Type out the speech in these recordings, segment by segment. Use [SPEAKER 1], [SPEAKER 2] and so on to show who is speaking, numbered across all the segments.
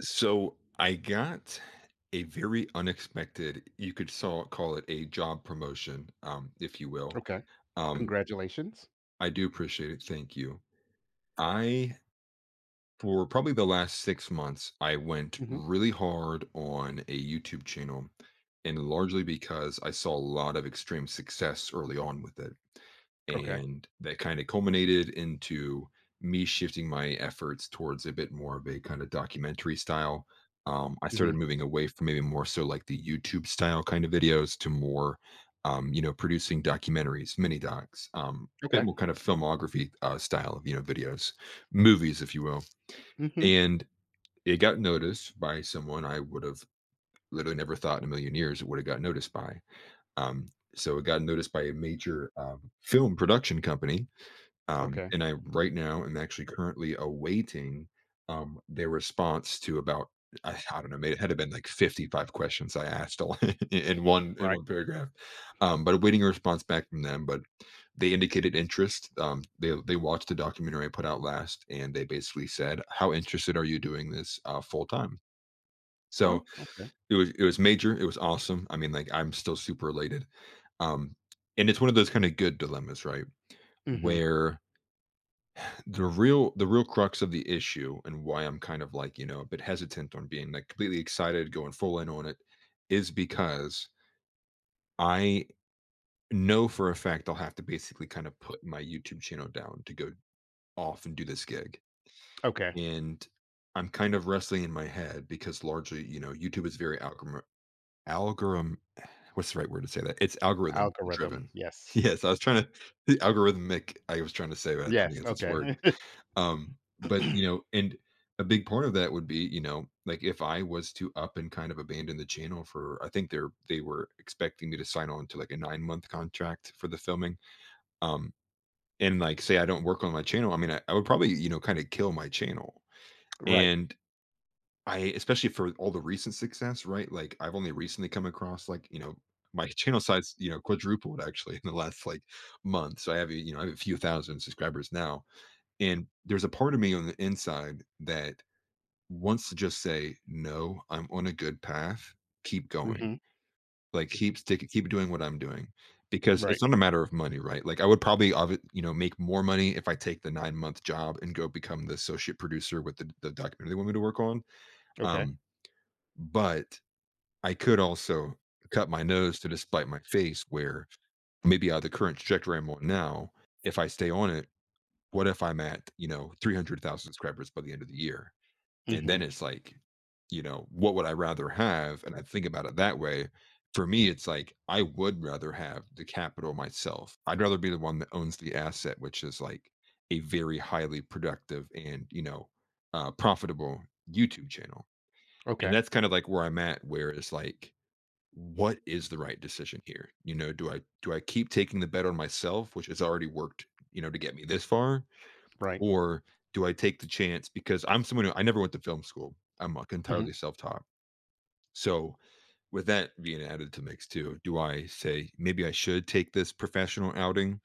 [SPEAKER 1] So I got a very unexpected, you could saw, call it a job promotion, if you will.
[SPEAKER 2] Okay.
[SPEAKER 1] Um,
[SPEAKER 2] Congratulations.
[SPEAKER 1] I do appreciate it. Thank you. I For probably the last 6 months, I went
[SPEAKER 2] Mhm.
[SPEAKER 1] really hard on a YouTube channel, and largely because I saw a lot of extreme success early on with it.
[SPEAKER 2] Okay.
[SPEAKER 1] And that kind of culminated into me shifting my efforts towards a bit more of a kind of documentary style. I started
[SPEAKER 2] Mhm.
[SPEAKER 1] moving away from maybe more so like the YouTube style kind of videos to more, producing documentaries, mini docs, bit
[SPEAKER 2] Okay.
[SPEAKER 1] more kind of filmography style of, you know, videos, movies, if you will,
[SPEAKER 2] Mhm.
[SPEAKER 1] and it got noticed by someone I would have literally never thought in a million years it would have got noticed by. Um, so it got noticed by a major film production company,
[SPEAKER 2] Okay.
[SPEAKER 1] and I right now am actually currently awaiting, their response to about I don't know, may it had to been like 55 questions I asked all in in one in
[SPEAKER 2] Right.
[SPEAKER 1] one paragraph. But awaiting a response back from them, but they indicated interest. Um, they watched the documentary I put out last, and they basically said, "How interested are you doing this, full time?" So
[SPEAKER 2] Oh, okay.
[SPEAKER 1] it was major. It was awesome. I mean, like I'm still super elated. Um, and it's one of those kind of good dilemmas, right?
[SPEAKER 2] Mhm.
[SPEAKER 1] Where the real crux of the issue and why I'm kind of like, you know, a bit hesitant on being like completely excited, going full in on it, is because I know for a fact I'll have to basically kind of put my YouTube channel down to go off and do this gig.
[SPEAKER 2] Okay.
[SPEAKER 1] And I'm kind of wrestling in my head because largely, you know, YouTube is very algorithm, what's the right word to say that? It's algorithm
[SPEAKER 2] Algorithm.
[SPEAKER 1] driven.
[SPEAKER 2] Yes.
[SPEAKER 1] Yes, I was trying to the algorithmic I was trying to say, but I don't think
[SPEAKER 2] Yes.
[SPEAKER 1] that's its word.
[SPEAKER 2] Okay.
[SPEAKER 1] But, you know, and a big part of that would be, you know, like if I was to up and kind of abandon the channel for I think they were expecting me to sign on to like a 9-month contract for the filming. Um, and like say I don't work on my channel, I mean, I would probably, you know, kind of kill my channel.
[SPEAKER 2] Right.
[SPEAKER 1] And I especially for all the recent success, right? Like I've only recently come across like, you know, my channel size, you know, quadrupled actually in the last like month. So I have, you know, I have a few thousand subscribers now and there's a part of me on the inside that wants to just say, "No, I'm on a good path. Keep going.
[SPEAKER 2] Mhm.
[SPEAKER 1] Like, keep sticking keep doing what I'm doing." Because
[SPEAKER 2] Right.
[SPEAKER 1] it's not a matter of money, right? Like, I would probably, obvi you know, make more money if I take the nine-month job and go become the associate producer with the documentary they want me to work on.
[SPEAKER 2] Okay.
[SPEAKER 1] Um, but I could also cut my nose to despite my face where maybe out of the current trajectory I'm on now, if I stay on it, what if I'm at, you know, 300,000 subscribers by the end of the year? And then
[SPEAKER 2] Mhm.
[SPEAKER 1] it's like, you know, what would I rather have? And I think about it that way. For me, it's like I would rather have the capital myself. I'd rather be the one that owns the asset, which is like a very highly productive and, you know, profitable YouTube channel. And
[SPEAKER 2] Okay.
[SPEAKER 1] that's kind of like where I'm at, where it's like, what is the right decision here? You know, do I keep taking the bet on myself, which has already worked, you know, to get me this far?
[SPEAKER 2] Right.
[SPEAKER 1] Or do I take the chance because I'm someone who I never went to film school. I'm, like,
[SPEAKER 2] Mhm.
[SPEAKER 1] entirely self-taught. So, with that being added to the mix too, do I say, "Maybe I should take this professional outing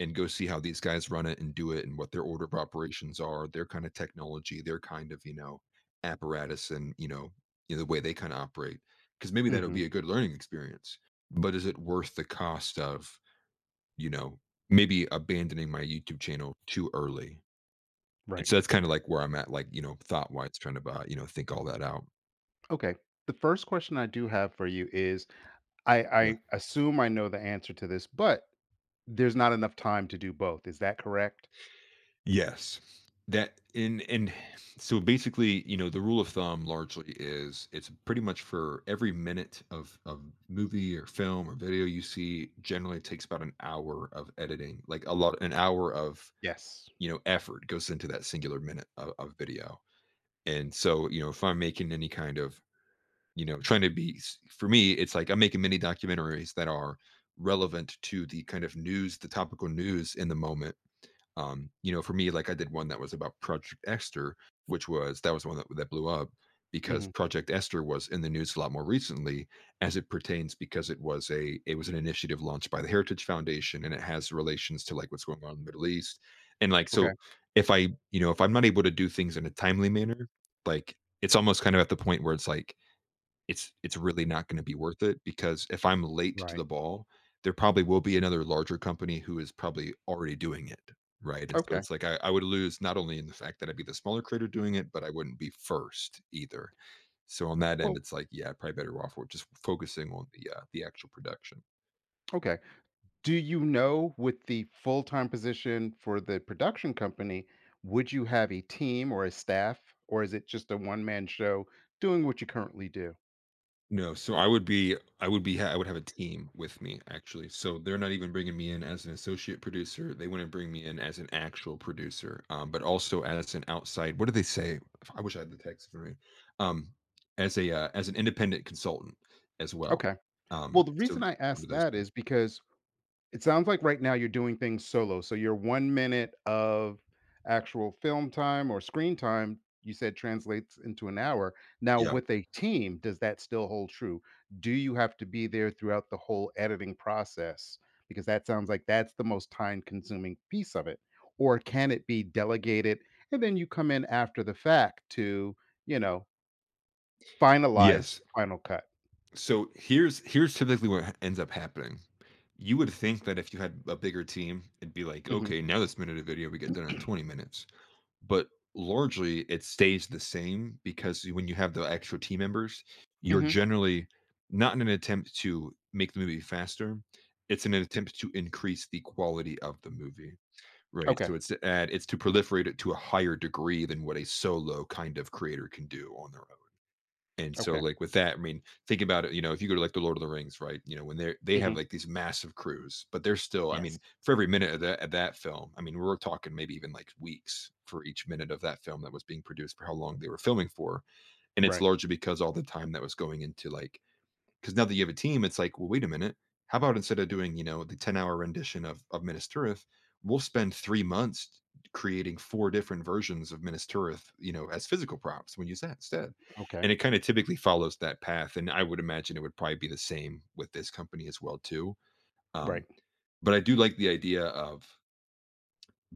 [SPEAKER 1] and go see how these guys run it and do it and what their order of operations are, their kind of technology, their kind of, you know, apparatus and, the way they kinda operate." Operate? Because maybe that'll
[SPEAKER 2] Mhm.
[SPEAKER 1] be a good learning experience. But is it worth the cost of, you know, maybe abandoning my YouTube channel too early? And
[SPEAKER 2] Right.
[SPEAKER 1] so that's kinda like where I'm at, like, you know, thought-wise, trying to, you know, think all that out.
[SPEAKER 2] Okay. The first question I do have for you is I
[SPEAKER 1] Yeah.
[SPEAKER 2] I assume I know the answer to this, but there's not enough time to do both. Is that correct?
[SPEAKER 1] Yes. That and so basically, you know, the rule of thumb largely is it's pretty much for every minute of movie or film or video you see, generally it takes about an hour of editing, like a lot an hour of,
[SPEAKER 2] Yes.
[SPEAKER 1] you know, effort goes into that singular minute of video. And so, you know, if I'm making any kind of, you know, trying to be, for me it's like I'm making mini documentaries that are relevant to the kind of news, the topical news in the moment. You know, for me like I did one that was about Project Esther, which was, that was the one that blew up because
[SPEAKER 2] Mhm.
[SPEAKER 1] Project Esther was in the news a lot more recently, as it pertains because it was, a it was an initiative launched by the Heritage Foundation and it has relations to like what's going on in the Middle East. And like so
[SPEAKER 2] Okay.
[SPEAKER 1] if I, you know, if I'm not able to do things in a timely manner, like it's almost kind of at the point where it's like it's really not gonna be worth it because if I'm late to
[SPEAKER 2] Right.
[SPEAKER 1] the ball, there probably will be another larger company who is probably already doing it, right? And so
[SPEAKER 2] Okay.
[SPEAKER 1] it's like I would lose not only in the fact that I'd be the smaller creator doing it, but I wouldn't be first either. So on that end,
[SPEAKER 2] Well,
[SPEAKER 1] it's like, yeah, probably better off with just focusing on the actual production.
[SPEAKER 2] okay. Do you know with the full-time position for the production company, would you have a team or a staff, or is it just a one-man show doing what you currently do?
[SPEAKER 1] No, so I would be, I would have a team with me, actually, so they're not even bringing me in as an associate producer, they wouldn't bring me in as an actual producer, but also as an outside, what do they say? I wish I had the text for me. Um, as a, as an independent consultant as well,
[SPEAKER 2] Okay. Well, the
[SPEAKER 1] so
[SPEAKER 2] reason I
[SPEAKER 1] one
[SPEAKER 2] ask
[SPEAKER 1] of those
[SPEAKER 2] that
[SPEAKER 1] things.
[SPEAKER 2] is because it sounds like right now you're doing things solo. So your 1 minute of actual film time or screen time, you said translates into an hour. Now
[SPEAKER 1] Yeah.
[SPEAKER 2] with a team, does that still hold true? Do you have to be there throughout the whole editing process? Because that sounds like that's the most time consuming piece of it. Or can it be delegated and then you come in after the fact to, you know, finalize the
[SPEAKER 1] Yes.
[SPEAKER 2] final cut?
[SPEAKER 1] So here's typically what ha ends up happening. You would think that if you had a bigger team, it'd be like,
[SPEAKER 2] Mhm.
[SPEAKER 1] "Okay, now let's minute a video, we get done in 20 minutes." But largely, it stays the same because when you have the extra team members, you're
[SPEAKER 2] Mhm.
[SPEAKER 1] generally not in an attempt to make the movie faster, it's in an attempt to increase the quality of the movie, right?
[SPEAKER 2] Okay.
[SPEAKER 1] So it's to add, it's to proliferate it to a higher degree than what a solo kind of creator can do on their own. And so,
[SPEAKER 2] Okay.
[SPEAKER 1] like, with that, I mean, think about it, you know, if you go to, like, The Lord of the Rings, right? You know, when they have,
[SPEAKER 2] Mhm.
[SPEAKER 1] like, these massive crews, but they're still, I
[SPEAKER 2] Yes.
[SPEAKER 1] mean, for every minute of that film, I mean, we're talking maybe even, like, weeks for each minute of that film that was being produced for how long they were filming for, and it's
[SPEAKER 2] Right.
[SPEAKER 1] largely because all the time that was going into, like, because now that you have a team, it's like, well, wait a minute. How about instead of doing, you know, the 10-hour rendition of, Minas Tirith, we'll spend 3 months creating four different versions of Minas Tirith, you know, as physical props when you use that instead.
[SPEAKER 2] Okay.
[SPEAKER 1] And it kind of typically follows that path. And I would imagine it would probably be the same with this company as well, too.
[SPEAKER 2] Right.
[SPEAKER 1] Um, but I do like the idea of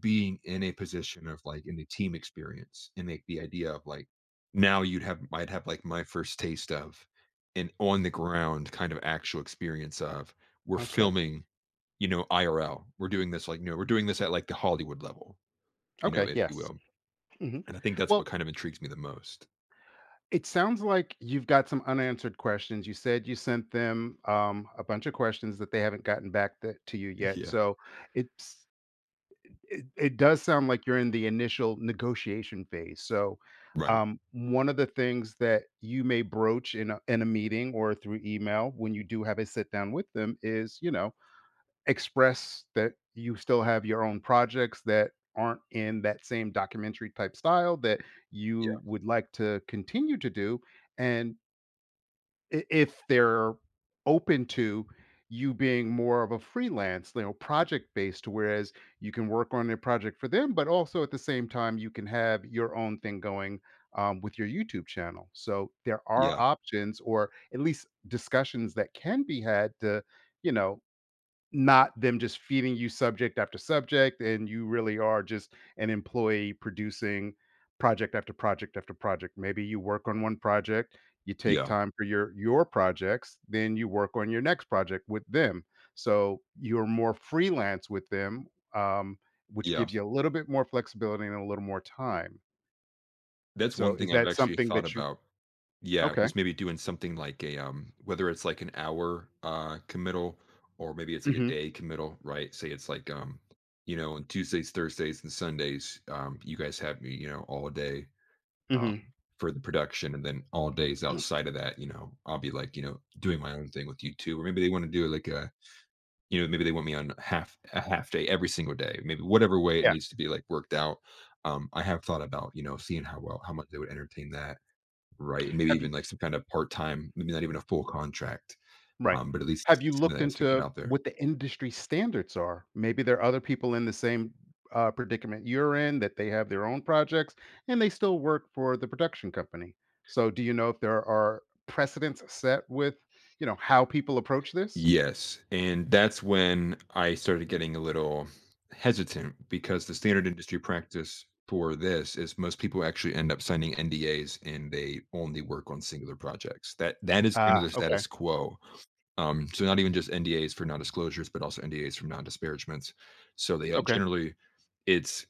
[SPEAKER 1] being in a position of like in the team experience and like the idea of like now you'd have I'd have like my first taste of an on the ground kind of actual experience of we're
[SPEAKER 2] Okay.
[SPEAKER 1] filming, you know, IRL. We're doing this like, you know, we're doing this at like the Hollywood level, you know,
[SPEAKER 2] Okay.
[SPEAKER 1] if you
[SPEAKER 2] Yes.
[SPEAKER 1] will.
[SPEAKER 2] Hmm.
[SPEAKER 1] And I think that's
[SPEAKER 2] Well,
[SPEAKER 1] what kind of intrigues me the most.
[SPEAKER 2] it sounds like you've got some unanswered questions. You said you sent them a bunch of questions that they haven't gotten back to you yet.
[SPEAKER 1] Yeah.
[SPEAKER 2] So it's it, it does sound like you're in the initial negotiation phase. So
[SPEAKER 1] Right.
[SPEAKER 2] one of the things that you may broach in a meeting or through email when you do have a sit down with them is, you know, express that you still have your own projects that aren't in that same documentary type style that
[SPEAKER 1] Yeah.
[SPEAKER 2] you would like to continue to do, and if they're open to you being more of a freelance, you know, project based, whereas you can work on a project for them but also at the same time you can have your own thing going, with your YouTube channel. So there are
[SPEAKER 1] Yeah.
[SPEAKER 2] options, or at least discussions that can be had to, you know, not them just feeding you subject after subject and you really are just an employee producing project after project after project. Maybe you work on one project, you take
[SPEAKER 1] Yeah.
[SPEAKER 2] time for your projects, then you work on your next project with them, so you're more freelance with them, um, which
[SPEAKER 1] Yeah.
[SPEAKER 2] gives you a little bit more flexibility and a little more time.
[SPEAKER 1] That's
[SPEAKER 2] So
[SPEAKER 1] one
[SPEAKER 2] is
[SPEAKER 1] thing I've
[SPEAKER 2] that
[SPEAKER 1] actually
[SPEAKER 2] something
[SPEAKER 1] thought
[SPEAKER 2] that you
[SPEAKER 1] about. Yeah,
[SPEAKER 2] okay.
[SPEAKER 1] was maybe doing something like a, whether it's like an hour, committal or maybe it's like a
[SPEAKER 2] Hmm.
[SPEAKER 1] day committal, right? Say it's like, you know, on Tuesdays, Thursdays, and Sundays, you guys have me, you know, all day
[SPEAKER 2] Hmm.
[SPEAKER 1] for the production, and then all days outside of that, you know, I'll be like, you know, doing my own thing with you too. Or maybe they wanna do like a, you know, maybe they want me on half day every single day, maybe whatever way it
[SPEAKER 2] Yeah,
[SPEAKER 1] needs to be, like, worked out. I have thought about, you know, seeing how much they would entertain that. Right, and maybe
[SPEAKER 2] have you
[SPEAKER 1] even, like, some kind of part-time, maybe not even a full contract,
[SPEAKER 2] right.
[SPEAKER 1] but at least
[SPEAKER 2] Have you looked
[SPEAKER 1] something else to get
[SPEAKER 2] into
[SPEAKER 1] out there.
[SPEAKER 2] what the industry standards are? Maybe there are other people in the same predicament you're in that they have their own projects and they still work for the production company. So, do you know if there are precedents set with, you know, how people approach this?
[SPEAKER 1] Yes, and that's when I started getting a little hesitant because the standard industry practice for this is most people actually end up signing NDAs and they only work on singular projects. That is kind
[SPEAKER 2] Ah,
[SPEAKER 1] of the
[SPEAKER 2] okay.
[SPEAKER 1] status quo. So not even just NDAs for non-disclosures, but also NDAs for non-disparagements. So they,
[SPEAKER 2] Okay.
[SPEAKER 1] generally it's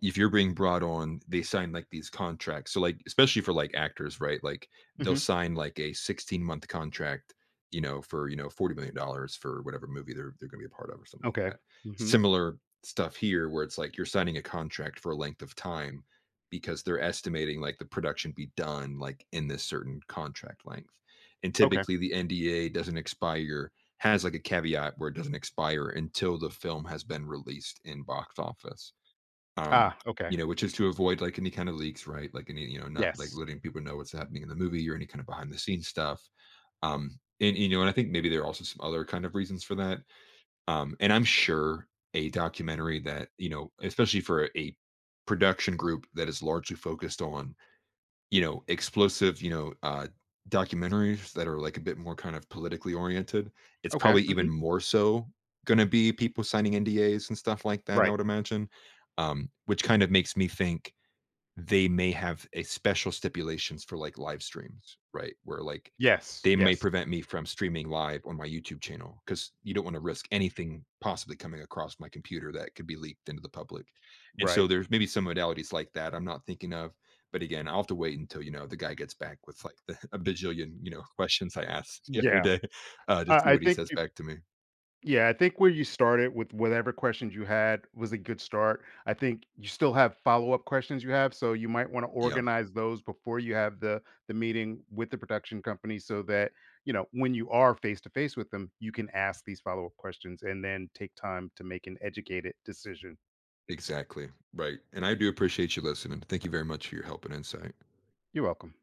[SPEAKER 1] if you're being brought on, they sign like these contracts. So like especially for like actors, right? Like they'll
[SPEAKER 2] Hmm.
[SPEAKER 1] sign like a 16-month contract, you know, for you know 40 million dollars for whatever movie they're going to be a part of or something like
[SPEAKER 2] Okay.
[SPEAKER 1] that.
[SPEAKER 2] Hmm.
[SPEAKER 1] Similar stuff here where it's like you're signing a contract for a length of time because they're estimating like the production be done like in this certain contract length. And
[SPEAKER 2] Okay.
[SPEAKER 1] typically the NDA doesn't expire, has like a caveat where it doesn't expire until the film has been released in box office. Um,
[SPEAKER 2] Ah, okay.
[SPEAKER 1] you know, which is to avoid, like, any kind of leaks, right? Like, any, you know, not, like,
[SPEAKER 2] Yes.
[SPEAKER 1] letting people know what's happening in the movie or any kind of behind the scenes stuff. And, you know, and I think maybe there are also some other kind of reasons for that. And I'm sure a documentary that, you know, especially for a production group that is largely focused on, you know, explosive, you know, documentaries that are like a bit more kind of politically oriented, it's
[SPEAKER 2] Okay.
[SPEAKER 1] probably
[SPEAKER 2] Hmm.
[SPEAKER 1] even more so gonna be people signing NDAs and stuff like that, I
[SPEAKER 2] Right.
[SPEAKER 1] would imagine, which kind of makes me think they may have a special stipulations for like live streams, right? Where like
[SPEAKER 2] Yes.
[SPEAKER 1] they may
[SPEAKER 2] Yes.
[SPEAKER 1] prevent me from streaming live on my YouTube channel because you don't want to risk anything possibly coming across my computer that could be leaked into the public. And so
[SPEAKER 2] Right.
[SPEAKER 1] there's maybe some modalities like that I'm not thinking of. But again, I'll have to wait until you know the guy gets back with like the, a bajillion you know questions I asked the other
[SPEAKER 2] Yeah.
[SPEAKER 1] day, to see
[SPEAKER 2] I
[SPEAKER 1] what he
[SPEAKER 2] think
[SPEAKER 1] says back to me.
[SPEAKER 2] yeah, I think where you started with whatever questions you had was a good start. I think you still have follow-up questions you have, so you might want to
[SPEAKER 1] Yeah,
[SPEAKER 2] organize those before you have the meeting with the production company so that, you know, when you are face to face with them, you can ask these follow-up questions and then take time to make an educated decision.
[SPEAKER 1] exactly, right. And I do appreciate you listening. Thank you very much for your help and insight.
[SPEAKER 2] You're welcome.